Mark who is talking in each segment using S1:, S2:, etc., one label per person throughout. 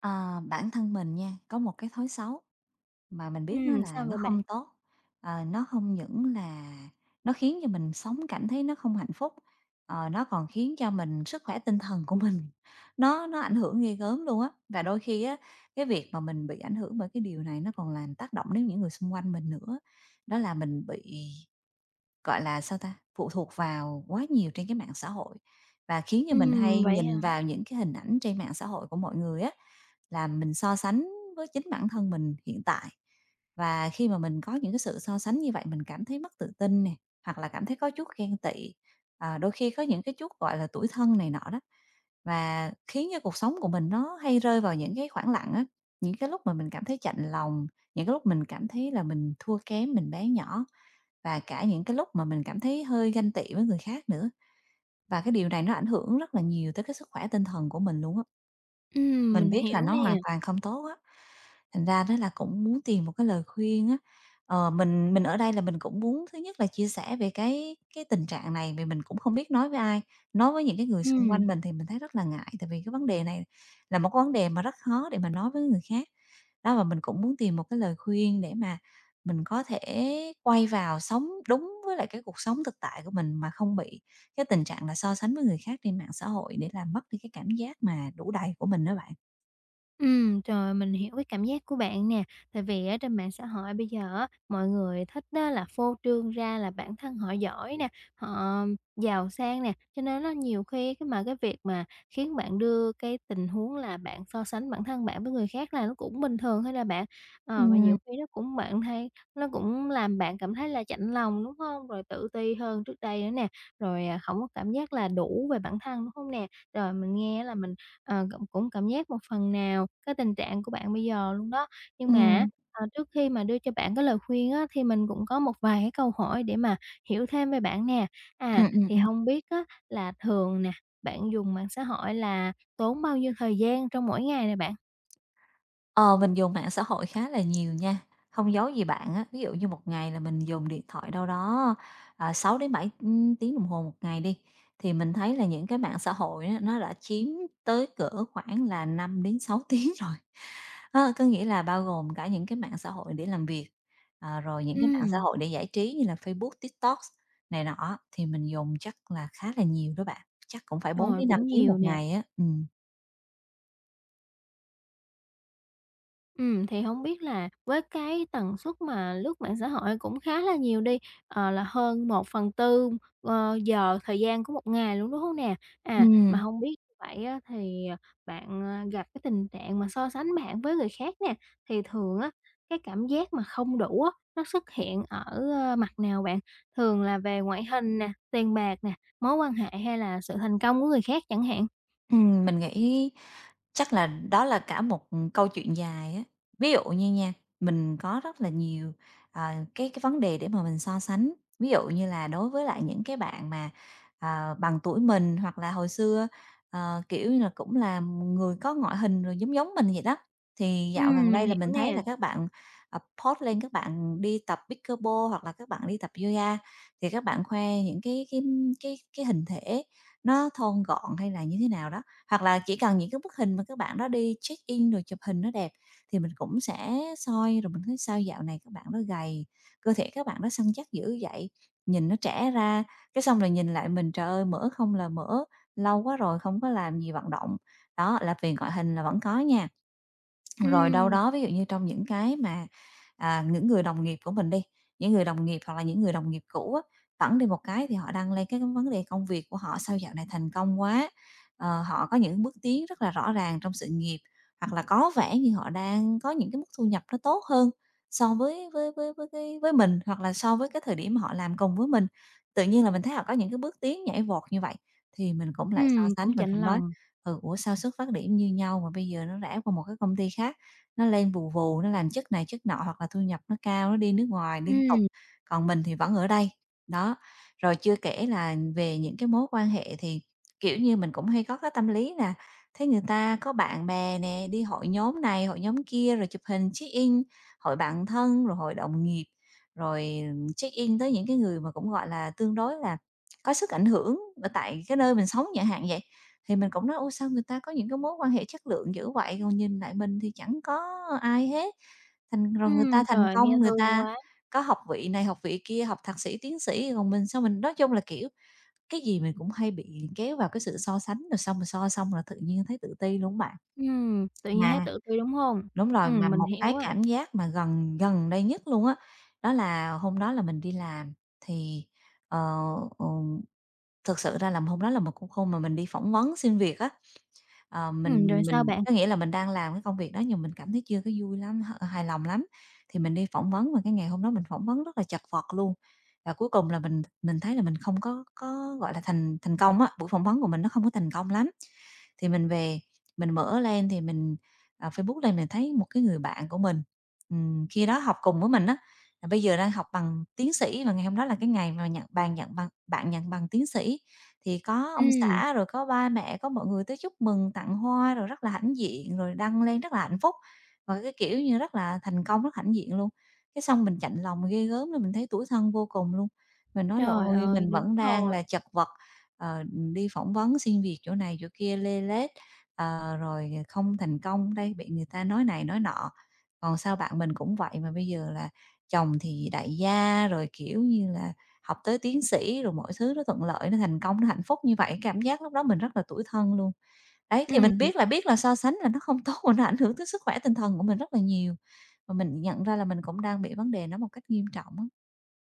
S1: Ờ, bản thân mình nha, có một cái thói xấu mà mình biết á là
S2: Sao
S1: nó
S2: vậy bạn?
S1: không tốt, nó không những là nó khiến cho mình sống cảm thấy nó không hạnh phúc, nó còn khiến cho mình sức khỏe tinh thần của mình nó ảnh hưởng ghê gớm luôn á. Và đôi khi á, cái việc mà mình bị ảnh hưởng bởi cái điều này nó còn làm tác động đến những người xung quanh mình nữa. Đó là mình bị gọi là, sao ta, phụ thuộc vào quá nhiều trên cái mạng xã hội và khiến cho mình hay
S2: Vậy
S1: nhìn
S2: hả?
S1: vào những cái hình ảnh trên mạng xã hội của mọi người á, là mình so sánh với chính bản thân mình hiện tại. Và khi mà mình có những cái sự so sánh như vậy mình cảm thấy mất tự tin nè, hoặc là cảm thấy có chút ghen tị, đôi khi có những cái chút, gọi là, tủi thân này nọ đó, và khiến cho cuộc sống của mình nó hay rơi vào những cái khoảng lặng á, những cái lúc mà mình cảm thấy chạnh lòng, những cái lúc mình cảm thấy là mình thua kém, mình bé nhỏ. Và cả những cái lúc mà mình cảm thấy hơi ganh tị với người khác nữa, và cái điều này nó ảnh hưởng rất là nhiều tới cái sức khỏe tinh thần của mình luôn á. Mình
S2: Mình
S1: biết là
S2: hiểu
S1: nó
S2: nè.
S1: hoàn toàn không tốt á, thành ra đó là cũng muốn tìm một cái lời khuyên á. Mình ở đây là mình cũng muốn thứ nhất là chia sẻ về cái tình trạng này vì mình cũng không biết nói với ai, nói với những cái người xung
S2: Ừm.
S1: quanh mình thì mình thấy rất là ngại, tại vì cái vấn đề này là một cái vấn đề mà rất khó để mà nói với người khác. Đó, và mình cũng muốn tìm một cái lời khuyên để mà mình có thể quay vào sống đúng với lại cái cuộc sống thực tại của mình mà không bị cái tình trạng là so sánh với người khác trên mạng xã hội để làm mất đi cái cảm giác mà đủ đầy của mình đó bạn.
S2: Trời mình hiểu cái cảm giác của bạn nè. Tại vì ở trên mạng xã hội bây giờ á, mọi người thích đó là phô trương ra là bản thân họ giỏi nè, họ giàu sang nè, cho nên á, nhiều khi cái việc mà khiến bạn đưa cái tình huống là bạn so sánh bản thân bạn với người khác là nó cũng bình thường thôi là bạn. Ờ, mà
S1: Ừm,
S2: nhiều khi nó cũng bạn thấy nó cũng làm bạn cảm thấy là chạnh lòng, đúng không? Rồi tự ti hơn trước đây nữa nè, rồi, à, hổng có cảm giác là đủ về bản thân, đúng không nè? Rồi, mình nghe là mình cũng cũng cảm giác một phần nào cái tình trạng của bạn bây giờ luôn đó. Nhưng mà á,
S1: ừm,
S2: trước khi mà đưa cho bạn cái lời khuyên á, thì mình cũng có một vài cái câu hỏi để mà hiểu thêm về bạn nè. À,
S1: ừm, ừm,
S2: thì
S1: ừm.
S2: không biết á là thường nè, bạn dùng mạng xã hội là tốn bao nhiêu thời gian trong mỗi ngày nè bạn?
S1: Ờ, mình dùng mạng xã hội khá là nhiều nha, không giấu gì bạn á, ví dụ như một ngày là mình dùng điện thoại đâu đó, 6 đến 7 tiếng đồng hồ một ngày đi, thì mình thấy là những cái mạng xã hội á, nó đã chiếm tới cỡ khoảng là 5 đến 6 tiếng rồi. Có nghĩa là bao gồm cả những cái mạng xã hội để làm việc, rồi những cái mạng xã
S2: Ừm,
S1: hội để giải trí như là Facebook, TikTok này nọ thì mình dùng chắc là khá là nhiều đó bạn, chắc cũng phải bốn
S2: rồi,
S1: đến năm
S2: cũng
S1: tiếng
S2: nhiều
S1: một
S2: nè.
S1: ngày á, ừ.
S2: Thì không biết là với cái tần suất mà lướt mạng xã hội cũng khá là nhiều đi, là hơn 1/4, giờ thời gian của một ngày luôn, đúng hông nè? À, mà
S1: Ừm.
S2: không biết như vậy á thì, bạn, gặp cái tình trạng mà so sánh bạn với người khác nè, thì thường á, cái cảm giác mà không đủ á, nó xuất hiện ở, mặt nào bạn? Thường là về ngoại hình nè, tiền bạc nè, mối quan hệ hay là sự thành công của người khác chẳng hạn?
S1: Mình nghĩ chắc là đó là cả một câu chuyện dài á. Ví dụ như nha, mình có rất là nhiều, ờ, cái vấn đề để mà mình so sánh. Ví dụ như là đối với lại những cái bạn mà, bằng tuổi mình hoặc là hồi xưa, kiểu như là, cũng là người có ngoại hình rồi giống giống mình vậy đó, thì dạo gần
S2: Mình
S1: đây là
S2: hiểu
S1: mình thấy
S2: nè.
S1: là các bạn, ờ, post lên các bạn đi tập pickleball hoặc là các bạn đi tập yoga, thì các bạn khoe những cái hình thể nó thon gọn hay là như thế nào đó. Hoặc là chỉ cần những cái bức hình mà các bạn đó đi check-in rồi chụp hình nó đẹp thì mình cũng sẽ soi, rồi mình thấy sao dạo này các bạn đó gầy, cơ thể các bạn đó săn chắc dữ vậy, nhìn nó trẻ ra. Cái xong rồi nhìn lại mình, trời ơi, mỡ không là mỡ, lâu quá rồi không có làm gì vận động. Đó, là vì ngoại hình là vẫn có nha. Rồi đâu
S2: Ừm,
S1: đó, ví dụ như trong những cái mà, những người đồng nghiệp của mình đi, những người đồng nghiệp hoặc là những người đồng nghiệp cũ á, phẳng đi một cái thì họ đăng lên cái vấn đề công việc của họ "Sao dạo này thành công quá!", họ có những bước tiến rất là rõ ràng trong sự nghiệp, hoặc là có vẻ như họ đang có những cái mức thu nhập nó tốt hơn so với mình, hoặc là so với cái thời điểm mà họ làm cùng với mình. Tự nhiên là mình thấy họ có những cái bước tiến nhảy vọt như vậy, thì mình cũng lại so sánh,
S2: cũng
S1: mình
S2: chạnh
S1: cũng nói:
S2: lòng.
S1: "Ừ, ủa sao xuất phát điểm như nhau mà bây giờ nó rẽ qua một cái công ty khác?" Nó lên vù vù, nó làm chức này chức nọ hoặc là thu nhập nó cao, nó đi nước ngoài liên tục,
S2: Ừm.
S1: còn mình thì vẫn ở đây. Đó, rồi chưa kể là về những cái mối quan hệ thì, kiểu như, mình cũng hay có cái tâm lý là thấy người ta có bạn bè nè, đi hội nhóm này, hội nhóm kia, rồi chụp hình check-in, hội bạn thân, rồi hội đồng nghiệp, rồi check-in tới những cái người mà cũng, gọi là, tương đối là có sức ảnh hưởng ở tại cái nơi mình sống chẳng hạn vậy. Thì mình cũng nói: "Ôi, sao người ta có những cái mối quan hệ chất lượng dữ vậy, còn nhìn lại mình thì chẳng có ai hết." Thành rồi người ta thành
S2: Trời, nghe
S1: công, người
S2: thương
S1: ta
S2: quá.
S1: có học vị này, học vị kia, học thạc sĩ, tiến sĩ, còn mình sao mình nói chung là, kiểu, cái gì mình cũng hay bị kéo vào cái sự so sánh, rồi xong rồi so xong là tự nhiên thấy tự ti luôn á bạn.
S2: Tự nhiên thấy
S1: Mà
S2: tự ti, đúng hông?
S1: đúng rồi, mà
S2: Mình
S1: một
S2: hiểu
S1: cái
S2: à.
S1: cảm giác mà gần gần đây nhất luôn á, đó là hôm đó là mình đi làm thì, ờ, ừm, thực sự ra là hôm đó là một cuộc hôn mà mình đi phỏng vấn xin việc á. Ờ, mình
S2: Rồi
S1: mình
S2: sao
S1: mình
S2: bạn?
S1: có nghĩa là mình đang làm cái công việc đó nhưng mình cảm thấy chưa có vui lắm, hài lòng lắm, thì mình đi phỏng vấn và cái ngày hôm đó mình phỏng vấn rất là chật vật luôn. Và cuối cùng là mình thấy là mình không có, gọi là, thành thành công á, buổi phỏng vấn của mình nó không có thành công lắm. Thì mình về, mình mở lên thì mình, Facebook lên mình thấy một cái người bạn của mình, khi đó học cùng với mình á, là bây giờ đang học bằng tiến sĩ và ngày hôm đó là cái ngày mà nhận bàn nhận bằng bạn nhận bằng tiến sĩ. Thì có ông
S2: Ừm,
S1: xã, rồi có ba mẹ, có mọi người tới chúc mừng, tặng hoa rồi rất là hãnh diện, rồi đăng lên rất là hạnh phúc, và cái kiểu như rất là thành công, rất hãnh diện luôn. Cái xong mình chạnh lòng ghê gớm lên, mình thấy tủi thân vô cùng luôn. Mình nói là
S2: trời
S1: "Ôi,
S2: ơi,
S1: mình
S2: đúng
S1: vẫn đang
S2: rồi.
S1: là chật vật." ờ, đi phỏng vấn xin việc chỗ này chỗ kia lê lết, rồi không thành công đây, bị người ta nói này nói nọ. Còn sao bạn mình cũng vậy mà bây giờ là chồng thì đại gia, rồi, kiểu như là, học tới tiến sĩ, rồi mọi thứ nó thuận lợi, nó thành công, nó hạnh phúc như vậy, cảm giác lúc đó mình rất là tủi thân luôn. Đấy, thì
S2: Ừm.
S1: mình biết là so sánh là nó không tốt và nó ảnh hưởng tới sức khỏe tinh thần của mình rất là nhiều, mà mình nhận ra là mình cũng đang bị vấn đề nó một cách nghiêm trọng á.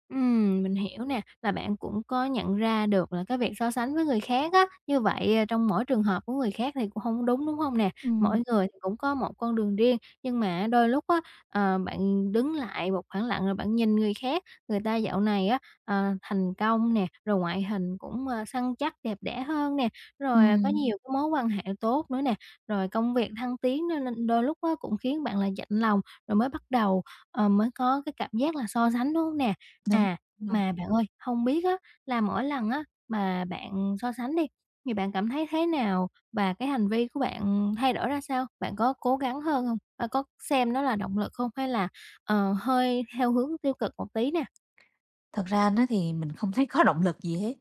S2: Mình hiểu nè, là bạn cũng có nhận ra được là cái việc so sánh với người khác á, như vậy, à, trong mỗi trường hợp của người khác thì cũng không đúng, đúng không nè? Mỗi
S1: Ừm,
S2: người thì cũng có một con đường riêng, nhưng mà đôi lúc á, bạn đứng lại một khoảng lặng rồi bạn nhìn người khác, người ta dạo này á, thành công nè, rồi ngoại hình cũng, săn chắc, đẹp đẽ hơn nè, rồi à, có
S1: ừm,
S2: nhiều cái mối quan hệ tốt nữa nè, rồi công việc thăng tiến nên nên đôi lúc á cũng khiến bạn là chạnh lòng, rồi mới bắt đầu, mới có cái cảm giác là so sánh, đúng không nè? À,
S1: đúng.
S2: mà bạn ơi, không biết á là mỗi lần á mà bạn so sánh đi, thì bạn cảm thấy thế nào và cái hành vi của bạn thay đổi ra sao? Bạn có cố gắng hơn hông? Và có xem nó là động lực không hay là, hơi theo hướng tiêu cực một tí nè?
S1: Thật ra nó thì mình không thấy có động lực gì hết.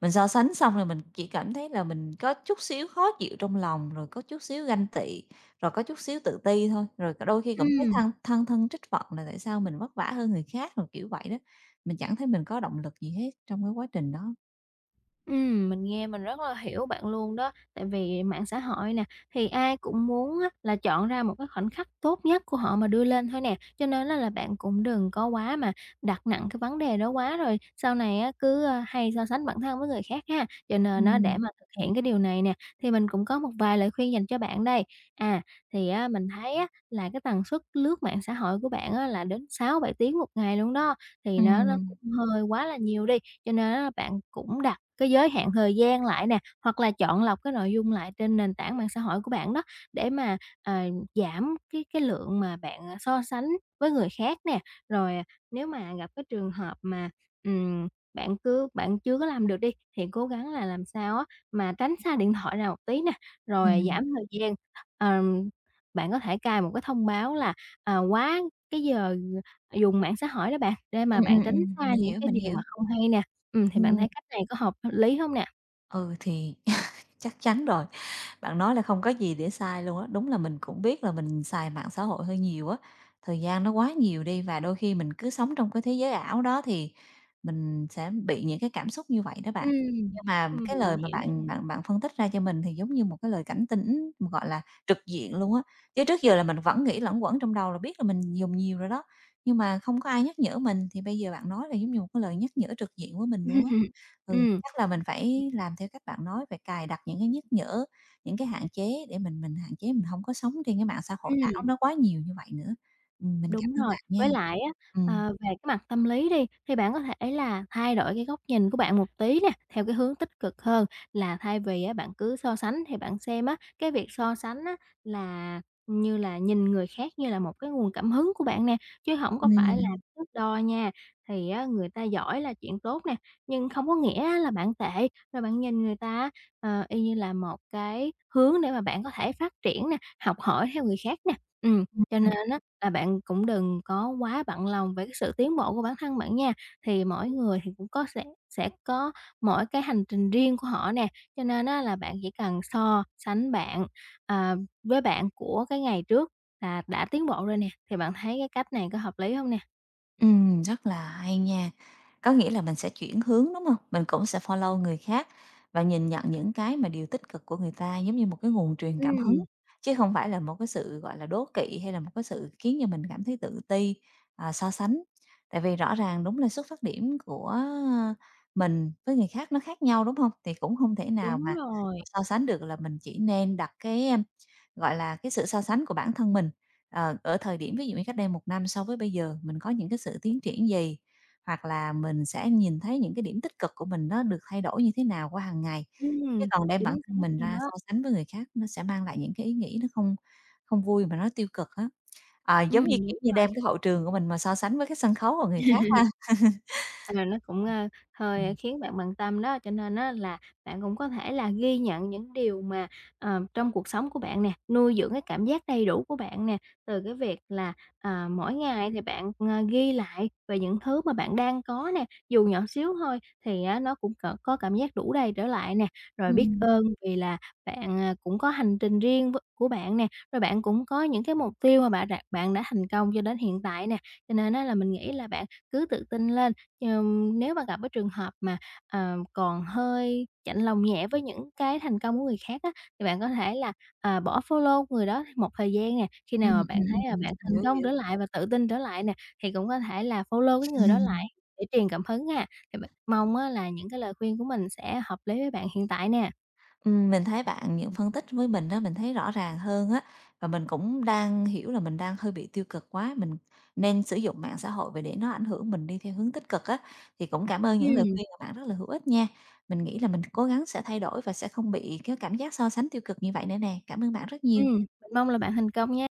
S1: Mình so sánh xong rồi mình chỉ cảm thấy là mình có chút xíu khó chịu trong lòng, rồi có chút xíu ganh tị, rồi có chút xíu tự ti thôi. Rồi có đôi khi cũng thấy
S2: Ừm.
S1: than thân trách phận là tại sao mình vất vả hơn người khác, rồi kiểu vậy đó. Mình chẳng thấy mình có động lực gì hết trong cái quá trình đó.
S2: Mình nghe mình rất là hiểu bạn luôn đó, tại vì mạng xã hội nè, thì ai cũng muốn á là chọn ra một cái khoảnh khắc tốt nhất của họ mà đưa lên thôi nè, cho nên á là bạn cũng đừng có quá mà đặt nặng cái vấn đề đó quá rồi sau này á cứ, hay so sánh bản thân với người khác ha. Cho nên
S1: Ừm,
S2: nó để
S1: ừm,
S2: mà thực hiện cái điều này nè, thì mình cũng có một vài lời khuyên dành cho bạn đây. À, thì á mình thấy á là cái tần suất lướt mạng xã hội của bạn á là đến 6-7 tiếng một ngày luôn đó, thì nó cũng hơi quá là nhiều đi, cho nên á bạn cũng đặt cái giới hạn thời gian lại nè, hoặc là chọn lọc cái nội dung lại trên nền tảng mạng xã hội của bạn đó, để mà, ờ, giảm cái lượng mà bạn, so sánh với người khác nè. Rồi, à, nếu mà gặp cái trường hợp mà, ừm, bạn chưa có làm được đi, thì cố gắng là làm sao á mà tránh xa điện thoại ra một tí nè, rồi à,
S1: ừm,
S2: giảm thời gian. Ờm, Bạn có thể cài một cái thông báo là, quá cái giờ dùng mạng xã hội đó bạn, để mà bạn tránh xa
S1: mình
S2: những
S1: hiểu,
S2: cái
S1: mình
S2: điều
S1: hiểu.
S2: mà không hay nè. Thì bạn
S1: Ừm,
S2: thấy cách này có hợp lý hông nè?
S1: ừ, thì chắc chắn rồi. Bạn nói là không có gì để sai luôn á, đúng là mình cũng biết là mình xài mạng xã hội hơi nhiều á, thời gian nó quá nhiều đi và đôi khi mình cứ sống trong cái thế giới ảo đó thì mình sẽ bị những cái cảm xúc như vậy đó bạn.
S2: Ừm,
S1: Nhưng mà cái lời
S2: mình
S1: mà
S2: hiểu nè.
S1: bạn bạn bạn phân tích ra cho mình thì giống như một cái lời cảnh tỉnh, gọi là, trực diện luôn á, chứ trước giờ là mình vẫn nghĩ luẩn quẩn trong đầu là biết là mình dùng nhiều rồi đó, nhưng mà không có ai nhắc nhở mình thì bây giờ bạn nói là giống như một cái lời nhắc nhở trực diện với mình luôn á. Ừ,
S2: Ừm,
S1: chắc là mình phải làm theo các bạn nói, phải cài đặt những cái nhắc nhở, những cái hạn chế để mình hạn chế mình không có sống trên cái mạng xã hội ảo
S2: ừm.
S1: nó quá nhiều như vậy nữa. Mình cảm
S2: Đúng
S1: ơn
S2: rồi,
S1: bạn nha.
S2: với lại á,
S1: Ừm,
S2: về cái mặt tâm lý đi, thì bạn có thể là thay đổi cái góc nhìn của bạn một tí nè, theo cái hướng tích cực hơn là thay vì á, bạn cứ so sánh thì bạn xem á, cái việc so sánh á là như là nhìn người khác như là một cái nguồn cảm hứng của bạn nè, chứ không có
S1: ừm,
S2: phải là
S1: ừm,
S2: thước đo nha. Thì á, người ta giỏi là chuyện tốt nè, nhưng không có nghĩa á là bạn tệ, rồi bạn nhìn người ta y như là một cái hướng để mà bạn có thể phát triển nè, học hỏi theo người khác nè. Ừ. Cho nên á là bạn cũng đừng có quá bận lòng về cái sự tiến bộ của bản thân bạn nha. Thì mỗi người thì cũng có sẽ có mỗi cái hành trình riêng của họ nè, cho nên á là bạn chỉ cần so sánh bạn, à, với bạn của cái ngày trước là đã tiến bộ rồi nè, thì bạn thấy cái cách này có hợp lý không nè?
S1: ừm, rất là hay nha. Có nghĩa là mình sẽ chuyển hướng, đúng không? Mình cũng sẽ follow người khác và nhìn nhận những cái mà điều tích cực của người ta giống như một cái nguồn truyền cảm hứng,
S2: Ừm,
S1: chứ không phải là một cái sự, gọi là, đố kỵ hay là một cái sự khiến cho mình cảm thấy tự ti, so sánh. Tại vì rõ ràng đúng là xuất phát điểm của mình với người khác nó khác nhau, đúng không? Thì cũng không thể nào
S2: đúng
S1: mà
S2: rồi,
S1: so sánh được, là mình chỉ nên đặt cái, gọi là, cái sự so sánh của bản thân mình. Ở thời điểm ví dụ như cách đây một năm so với bây giờ mình có những cái sự tiến triển gì? Hoặc là mình sẽ nhìn thấy những cái điểm tích cực của mình nó được thay đổi như thế nào qua hàng ngày? Chứ
S2: ừm,
S1: còn đem bản
S2: chính
S1: thân
S2: xác
S1: mình
S2: luôn
S1: ra
S2: đó.
S1: so sánh với người khác nó sẽ mang lại những cái ý nghĩ nó không không vui mà nó tiêu cực á. Giống như,
S2: Ừm.
S1: kiểu như, đem cái hậu trường của mình mà so sánh với cái sân khấu của người khác ha.
S2: À, nó cũng, hơi
S1: Ừm.
S2: khiến bạn bận tâm đó, cho nên á là bạn cũng có thể là ghi nhận những điều mà, trong cuộc sống của bạn nè, nuôi dưỡng cái cảm giác đầy đủ của bạn nè, từ cái việc là, mỗi ngày thì bạn, ghi lại về những thứ mà bạn đang có nè, dù nhỏ xíu thôi thì á nó cũng cỡ có cảm giác đủ đầy trở lại nè, rồi biết
S1: Ừm.
S2: ơn vì là bạn, cũng có hành trình riêng của bạn nè, rồi bạn cũng có những cái mục tiêu mà bạn đã thành công cho đến hiện tại nè, cho nên á là mình nghĩ là bạn cứ tự tin lên. Nếu mà gặp cái trường hợp mà, còn hơi chạnh lòng nhẹ với những cái thành công của người khác á, thì bạn có thể là, bỏ follow người đó một thời gian nè, khi
S1: Ừm,
S2: nào mà bạn
S1: ừm,
S2: thấy là bạn thành
S1: hiểu,
S2: công trở
S1: hiểu.
S2: lại và tự tin trở lại nè, thì cũng có thể là follow cái người đó lại để truyền cảm hứng ha. Thì mình mong á là những cái lời khuyên của mình sẽ hợp lý với bạn hiện tại nè.
S1: Mình thấy bạn những phân tích với mình đó mình thấy rõ ràng hơn á, và mình cũng đang hiểu là mình đang hơi bị tiêu cực quá, mình nên sử dụng mạng xã hội vậy để nó ảnh hưởng mình đi theo hướng tích cực á. Thì cũng cảm ơn những lời
S2: Ừm,
S1: khuyên của bạn rất là hữu ích nha. Mình nghĩ là mình cố gắng sẽ thay đổi và sẽ không bị cái cảm giác so sánh tiêu cực như vậy nữa nè. Cảm ơn bạn rất nhiều.
S2: mình mong là bạn thành công nha.